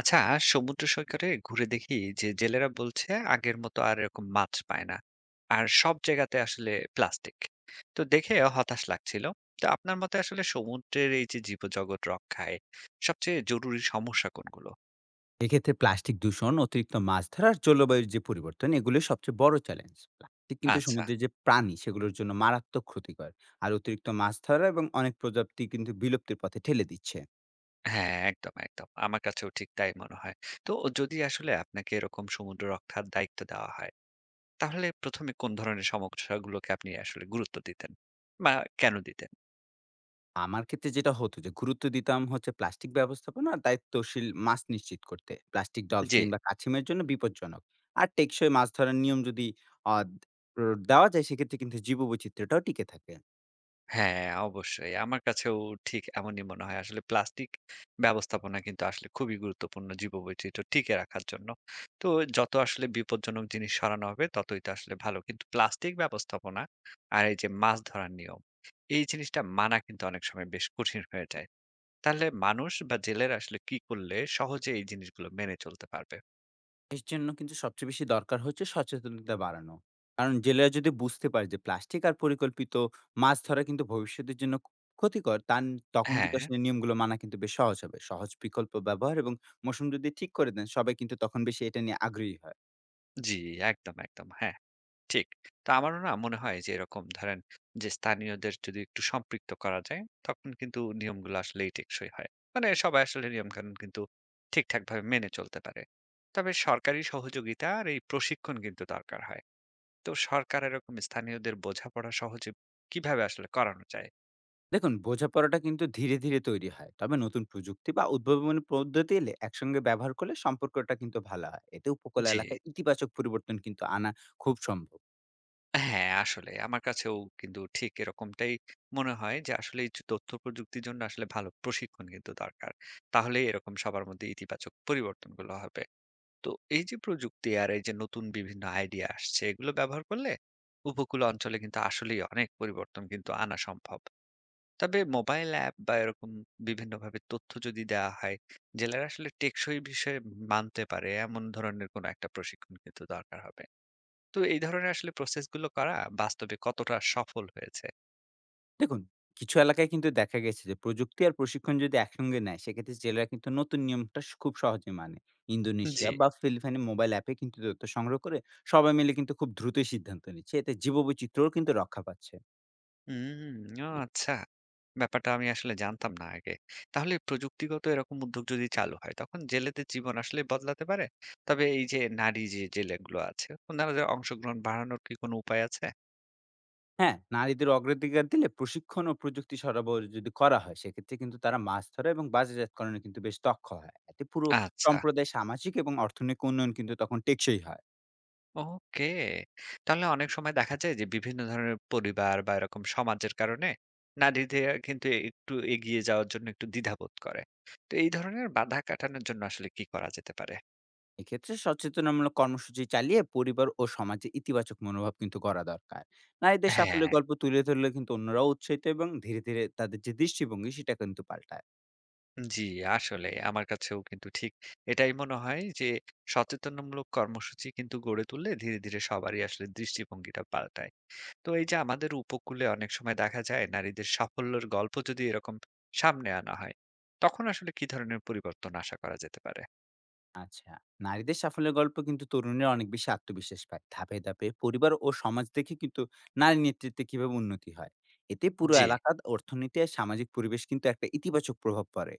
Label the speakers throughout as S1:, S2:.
S1: আচ্ছা, সমুদ্র সৈকতে ঘুরে দেখি যে জেলেরা বলছে আগের মতো আর এরকম মাছ পায় না, আর সব জায়গাতে আসলে প্লাস্টিক। তো দেখে হতাশ লাগছিল। তো আপনার মতে আসলে সমুদ্রের এই যে জীবজগৎ রক্ষায় সবচেয়ে জরুরি সমস্যা কোনগুলো?
S2: এক্ষেত্রে প্লাস্টিক দূষণ, অতিরিক্ত মাছ ধরার, জলবায়ুর যে পরিবর্তন, এগুলো সবচেয়ে বড় চ্যালেঞ্জ। প্লাস্টিক কিন্তু
S1: আচ্ছা।
S2: সমুদ্রের যে প্রাণী সেগুলোর জন্য মারাত্মক ক্ষতিকর। আর অতিরিক্ত মাছ ধরা এবং অনেক প্রজাতি কিন্তু বিলুপ্তির পথে ঠেলে দিচ্ছে।
S1: হ্যাঁ, একদম একদম, আমার কাছেও ঠিক তাই মনে হয়। তো যদি আসলে আপনাকে এরকম সমুদ্র রক্ষার দায়িত্ব দেওয়া হয়, তাহলে প্রথমে কোন ধরনের সমস্যাগুলোকে আপনি আসলে গুরুত্ব দিতেন, বা কেন দিতেন?
S2: আমার ক্ষেত্রে যেটা হতো, যে গুরুত্ব দিতাম হচ্ছে প্লাস্টিক ব্যবস্থাপনা আর দায়িত্বশীল মাছ নিশ্চিত করতে। প্লাস্টিক
S1: জি।
S2: ডলফিন বা কাছিমের জন্য বিপজ্জনক। আর টেকসই মাছ ধরার নিয়ম যদি আহ, দেওয়া যায়, সেক্ষেত্রে কিন্তু জীববৈচিত্র্যটাও টিকে থাকে।
S1: হ্যাঁ, অবশ্যই। আমার কাছেও ঠিক এমনই মনে হয়। আসলে প্লাস্টিক ব্যবস্থাপনা কিন্তু আসলে খুবই গুরুত্বপূর্ণ জীববৈচিত্র্য টিকে রাখার জন্য। তো যত আসলে বিপজ্জনক জিনিস সরানো হবে ততই তো আসলে ভালো। কিন্তু প্লাস্টিক ব্যবস্থাপনা আর এই যে মাছ ধরার নিয়ম, এই জিনিসটা মানা কিন্তু অনেক সময় বেশ কঠিন হয়ে যায়। তাহলে মানুষ বা জেলেরা আসলে কি করলে সহজে এই জিনিসগুলো মেনে চলতে পারবে?
S2: এর জন্য কিন্তু সবচেয়ে বেশি দরকার হচ্ছে সচেতনতা বাড়ানো। কারণ জেলেরা যদি বুঝতে পারে যে প্লাস্টিক আর পরিকল্পিত মাছ ধরা কিন্তু ভবিষ্যতের জন্য ক্ষতিকর তান, তখন
S1: হ্যাঁ,
S2: কিন্তু আসলে নিয়মগুলো মানা কিন্তু বেশ সহজ হবে। সহজ বিকল্প ব্যবহার এবং মৌসুম যদি ঠিক করে দেন, সবাই কিন্তু তখন বেশি এটা নিয়ে আগ্রহী হয়।
S1: জি, একদম, একদম। হ্যাঁ। ঠিক। তো আমারও না মনে হয় যে এরকম ধরেন যে স্থানীয়দের যদি একটু সম্পৃক্ত করা যায়, তখন কিন্তু নিয়মগুলো আসলেই টেকসই হয়। মানে সবাই আসলে নিয়মকানুন কিন্তু ঠিকঠাকভাবে মেনে চলতে পারে। তবে সরকারি সহযোগিতা আর এই প্রশিক্ষণ কিন্তু দরকার হয়। তো সরকার এরকম স্থানীয়দের বোঝাপড়া সহজে কিভাবে আসলে করানো যায়?
S2: দেখুন, বোঝাপড়াটা কিন্তু ধীরে ধীরে তৈরি হয়, তবে নতুন প্রযুক্তি বা উদ্ভাবনী পদ্ধতি এলে একসঙ্গে ব্যবহার করলে সম্পর্কটা কিন্তু ভালো হয়। এতে উপকূল
S1: জি।
S2: এলাকায় ইতিবাচক পরিবর্তন কিন্তু আনা খুব সম্ভব।
S1: হ্যাঁ, আসলে আমার কাছেও কিন্তু ঠিক এরকমটাই মনে হয় যে আসলে এই যে তথ্য প্রযুক্তির জন্য আসলে ভালো প্রশিক্ষণ কিন্তু দরকার। তাহলেই এরকম সবার মধ্যে ইতিবাচক পরিবর্তনগুলো হবে। তো এই যে প্রযুক্তি আর এই যে নতুন বিভিন্ন আইডিয়া আসছে, এগুলো ব্যবহার করলে উপকূল অঞ্চলে কিন্তু আসলেই অনেক পরিবর্তন কিন্তু আনা সম্ভব। তবে মোবাইল অ্যাপ বা এরকম বিভিন্ন ভাবে তথ্য যদি দেওয়া হয়, জেলেরা আসলে টেকসই বিষয়ে মানতে পারে এমন ধরনের কোনো একটা প্রশিক্ষণ কিন্তু দরকার হবে। তো এই ধরনের আসলে প্রসেসগুলো করা বাস্তবে কতটা সফল হয়েছে?
S2: দেখুন, কিছু এলাকায় কিন্তু দেখা গেছে যে প্রযুক্তি আর প্রশিক্ষণ যদি একসঙ্গে নেয়, সেক্ষেত্রে জেলেরা কিন্তু নতুন নিয়মটা স খুব সহজে মানে। ইন্দোনেশিয়া
S1: জি।
S2: বা ফিলিপাইনের মোবাইল অ্যাপে কিন্তু তথ্য সংগ্রহ করে সবাই মিলে কিন্তু খুব দ্রুতই সিদ্ধান্ত নিচ্ছে। এতে জীববৈচিত্র্যও কিন্তু রক্ষা পাচ্ছে।
S1: হুম, ও আচ্ছা। ব্যাপারটা আমি আসলে জানতাম না আগে। তাহলে প্রযুক্তিগত এরকম উদ্যোগ যদি চালু হয়, তখন জেলেদের জীবন আসলে বদলাতে পারে? তবে এই যে নারী যে জেলেগুলো আছে, উনাদের অংশগ্রহণ বাড়ানোর কি কোনো উপায় আছে?
S2: হ্যাঁ, নারীদের অগ্রাধিকার দিলে প্রশিক্ষণ ও প্রযুক্তি সরবরাহ যদি করা হয়, সেক্ষেত্রে কিন্তু তারা মাছ ধরা এবং বাজারজাতকরণে কিন্তু বেশ দক্ষ হয়। এতে পুরো
S1: আচ্ছা,
S2: সম্প্রদায় সামাজিক এবং অর্থনৈতিক উন্নয়ন কিন্তু তখন টেকসই হয়।
S1: ওকে। তাহলে অনেক সময় দেখা যায় যে বিভিন্ন ধরনের পরিবার বা এরকম সমাজের কারণে নারীদের কিন্তু একটু এগিয়ে যাওয়ার জন্য একটু দ্বিধাবোধ করে। তো এই ধরনের বাধা কাটানোর জন্য আসলে কি করা যেতে পারে?
S2: এক্ষেত্রে সচেতনামূলক কর্মসূচি চালিয়ে পরিবার ও সমাজে ইতিবাচক মনোভাব কিন্তু গড়া দরকার। নারীদের
S1: হ্যাঁ।
S2: সাফল্যের গল্প তুলে ধরলে কিন্তু অন্যরাও উৎসাহিত এবং ধীরে ধীরে তাদের যে দৃষ্টিভঙ্গি সেটা কিন্তু পাল্টায়।
S1: জি, আসলে আমার কাছেও কিন্তু ঠিক এটাই মনে হয় যে সচেতনমূলক কর্মসূচি কিন্তু গড়ে তুললে ধীরে ধীরে সবারই আসলে দৃষ্টিভঙ্গিটা পাল্টায়। তো এই যে আমাদের উপকূলে অনেক সময় দেখা যায় নারীদের সাফল্যের গল্প যদি এরকম সামনে আনা হয়, তখন আসলে কি ধরনের পরিবর্তন আশা করা যেতে পারে?
S2: আচ্ছা, নারীদের সাফল্যের গল্প কিন্তু তরুণীরা অনেক বেশি আত্মবিশ্বাস পায়। ধাপে ধাপে পরিবার ও সমাজ দেখে কিন্তু নারী নেতৃত্বে কিভাবে উন্নতি হয়। এতে পুরো
S1: জি।
S2: এলাকার অর্থনীতি আর সামাজিক পরিবেশ কিন্তু একটা ইতিবাচক প্রভাব পড়ে।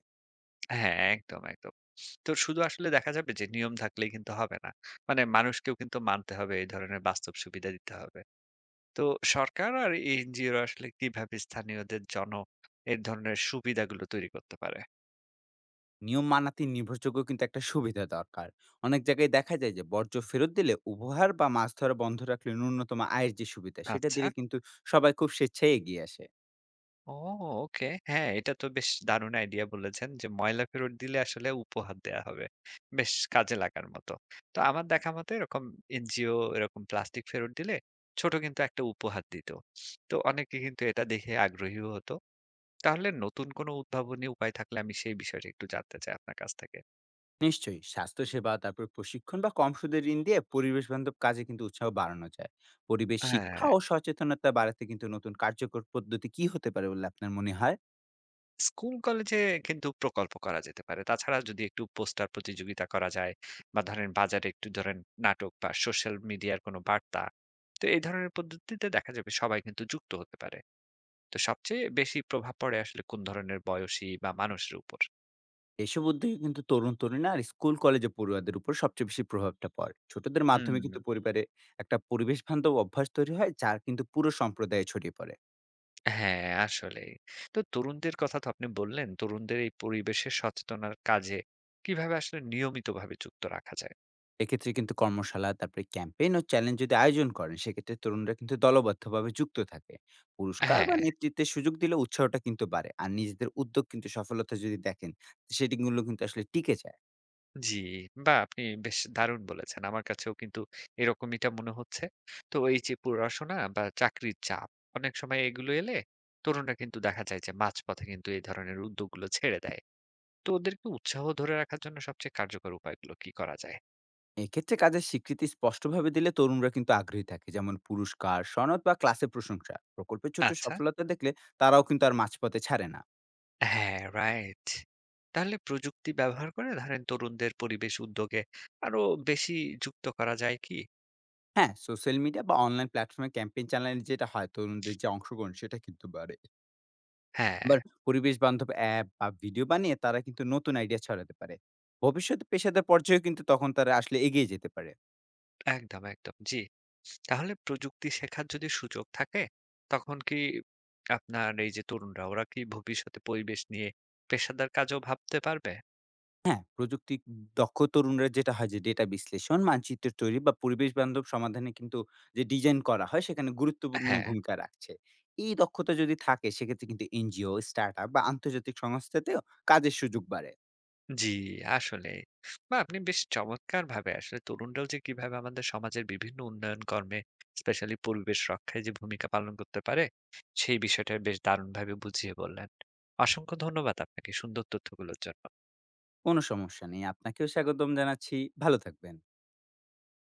S1: হ্যাঁ, একদম একদম। তো শুধু আসলে দেখা যাবে যে নিয়ম থাকলেই কিন্তু হবে না, মানে মানুষকেও কিন্তু মানতে হবে, এই ধরনের বাস্তব সুবিধা দিতে হবে। তো সরকার আর এনজিওরা আসলে কিভাবে স্থানীয়দের জন্য এই ধরনের সুবিধাগুলো তৈরি করতে পারে?
S2: নিয়ম মানাতে নির্ভরযোগ্য কিন্তু একটা সুবিধা দরকার। অনেক জায়গায় দেখা যায় যে বর্জ্য ফেরত দিলে উপহার, বা মাছ ধরা বন্ধ রাখলে ন্যূনতম আয়ের যে সুবিধা সেটা
S1: আচ্ছা।
S2: দিলে কিন্তু সবাই খুব স্বেচ্ছায় এগিয়ে আসে।
S1: ও, ওকে। হ্যাঁ, এটা তো বেশ দারুণ আইডিয়া বলেছেন যে ময়লা ফেরত দিলে আসলে উপহার দেয়া হবে। বেশ কাজে লাগার মতো। তো আমার দেখা মতে এরকম এনজিও এরকম প্লাস্টিক ফেরত দিলে ছোট কিন্তু একটা উপহার দিত। তো অনেকে কিন্তু এটা দেখে আগ্রহীও হতো। তাহলে নতুন কোনো উদ্ভাবনী উপায় থাকলে আমি সেই বিষয়টা একটু জানতে চাই আপনার কাছ থেকে।
S2: নিশ্চয়ই স্বাস্থ্যসেবা, তারপর প্রশিক্ষণ বা কম সুদের ঋণ দিয়ে পরিবেশ বান্ধব কাজে কিন্তু উৎসাহ বাড়ানো যায়। পরিবেশ শিক্ষা
S1: হ্যাঁ,
S2: ও সচেতনতা বাড়াতে কিন্তু নতুন কার্যকর পদ্ধতি কি হতে পারে বলে আপনার মনে হয়?
S1: স্কুল কলেজে কিন্তু প্রকল্প করা যেতে পারে। তাছাড়া যদি একটু পোস্টার প্রতিযোগিতা করা যায়, বা ধরেন বাজারে একটু ধরেন নাটক বা সোশ্যাল মিডিয়ার কোনো বার্তা। তো এই ধরনের পদ্ধতিতে দেখা যাবে সবাই কিন্তু যুক্ত হতে পারে। তো সবচেয়ে বেশি প্রভাব পড়ে আসলে কোন ধরনের বয়সী বা মানুষের উপর?
S2: এসব উদ্যোগে কিন্তু তরুণ-তরুণী আর স্কুল কলেজে পড়ুয়াদের উপর সবচেয়ে বেশি প্রভাবটা পড়ে। ছোটদের
S1: হুম।
S2: মাধ্যমে কিন্তু পরিবারে একটা পরিবেশ বান্ধব অভ্যাস তৈরি হয়, যার কিন্তু পুরো সম্প্রদায়ে ছড়িয়ে পড়ে।
S1: হ্যাঁ, আসলেই। তো তরুণদের কথা তো আপনি বললেন, তরুণদের এই পরিবেশের সচেতনার কাজে কিভাবে আসলে নিয়মিতভাবে যুক্ত রাখা যায়?
S2: এক্ষেত্রে কিন্তু কর্মশালা, তারপরে ক্যাম্পেইন ও চ্যালেঞ্জ যদি আয়োজন করেন, সেক্ষেত্রে তরুণরা কিন্তু দলবদ্ধভাবে যুক্ত থাকে। পুরস্কার বা
S1: হ্যাঁ।
S2: নেতৃত্বের সুযোগ দিলে উৎসাহটা কিন্তু বাড়ে। আর নিজেদের উদ্যোগ কিন্তু সফলতা যদি দেখেন, সেটিগুলো কিন্তু আসলে টিকে যায়।
S1: জি, বাহ! আপনি বেশ দারুণ বলেছেন। আমার কাছেও কিন্তু এরকমইটা মনে হচ্ছে। তো এই যে পড়াশোনা বা চাকরির চাপ, অনেক সময় এগুলো এলে তরুণরা কিন্তু দেখা যায় যে মাঝপথে কিন্তু এই ধরনের উদ্যোগগুলো ছেড়ে দেয়। তো ওদেরকে উৎসাহ ধরে রাখার জন্য সবচেয়ে কার্যকর উপায়গুলো কি করা যায়?
S2: এক্ষেত্রে কাজের স্বীকৃতি স্পষ্টভাবে দিলে তরুণরা কিন্তু আগ্রহী থাকে, যেমন পুরস্কার, সনদ বা ক্লাসে প্রশংসা। প্রকল্পের ছোট
S1: আচ্ছা।
S2: সফলতা দেখলে তারাও কিন্তু আর মাঝপথে ছাড়ে না।
S1: হ্যাঁ, রাইট। তাহলে প্রযুক্তি ব্যবহার করে ধরেন তরুণদের পরিবেশ উদ্যোগে আরো বেশি যুক্ত করা যায় কি?
S2: হ্যাঁ, সোশ্যাল মিডিয়া বা অনলাইন প্ল্যাটফর্মে ক্যাম্পেইন চালানো যেটা হয়, তরুণদের যে অংশগ্রহণ সেটা কিন্তু বাড়ে।
S1: হ্যাঁ।
S2: আবার পরিবেশ বান্ধব অ্যাপ বা ভিডিও বানিয়ে তারা কিন্তু নতুন আইডিয়া ছড়াতে পারে। ভবিষ্যতে পেশাদার পর্যায়ে কিন্তু তখন তারা আসলে এগিয়ে যেতে পারে।
S1: একদম, একদম। জি। তাহলে প্রযুক্তি শেখার যদি সুযোগ থাকে, তখন কি আপনার এই যে তরুণরা ওরা কি ভবিষ্যতে পরিবেশ নিয়ে পেশাদার কাজও ভাবতে পারবে?
S2: হ্যাঁ, প্রযুক্তি দক্ষ তরুণরা যেটা হয় যে ডেটা বিশ্লেষণ, মানচিত্র তৈরি বা পরিবেশ বান্ধব সমাধানে কিন্তু যে ডিজাইন করা হয় সেখানে গুরুত্বপূর্ণ
S1: হ্যাঁ,
S2: ভূমিকা রাখছে। এই দক্ষতা যদি থাকে, সেক্ষেত্রে কিন্তু এনজিও, স্টার্টআপ বা আন্তর্জাতিক সংস্থাতেও কাজের সুযোগ বাড়ে।
S1: জি, আসলেই। বা আপনি বেশ চমৎকারভাবে আসলে তরুণরাও যে কিভাবে আমাদের সমাজের বিভিন্ন উন্নয়ন কর্মে স্পেশালি পরিবেশ রক্ষায় যে ভূমিকা পালন করতে পারে, সেই বিষয়টা বেশ দারুণভাবে বুঝিয়ে বললেন। অসংখ্য ধন্যবাদ আপনাকে সুন্দর তথ্যগুলোর জন্য।
S2: কোনো সমস্যা নেই। আপনাকেও স্বাগতম জানাচ্ছি। ভালো থাকবেন।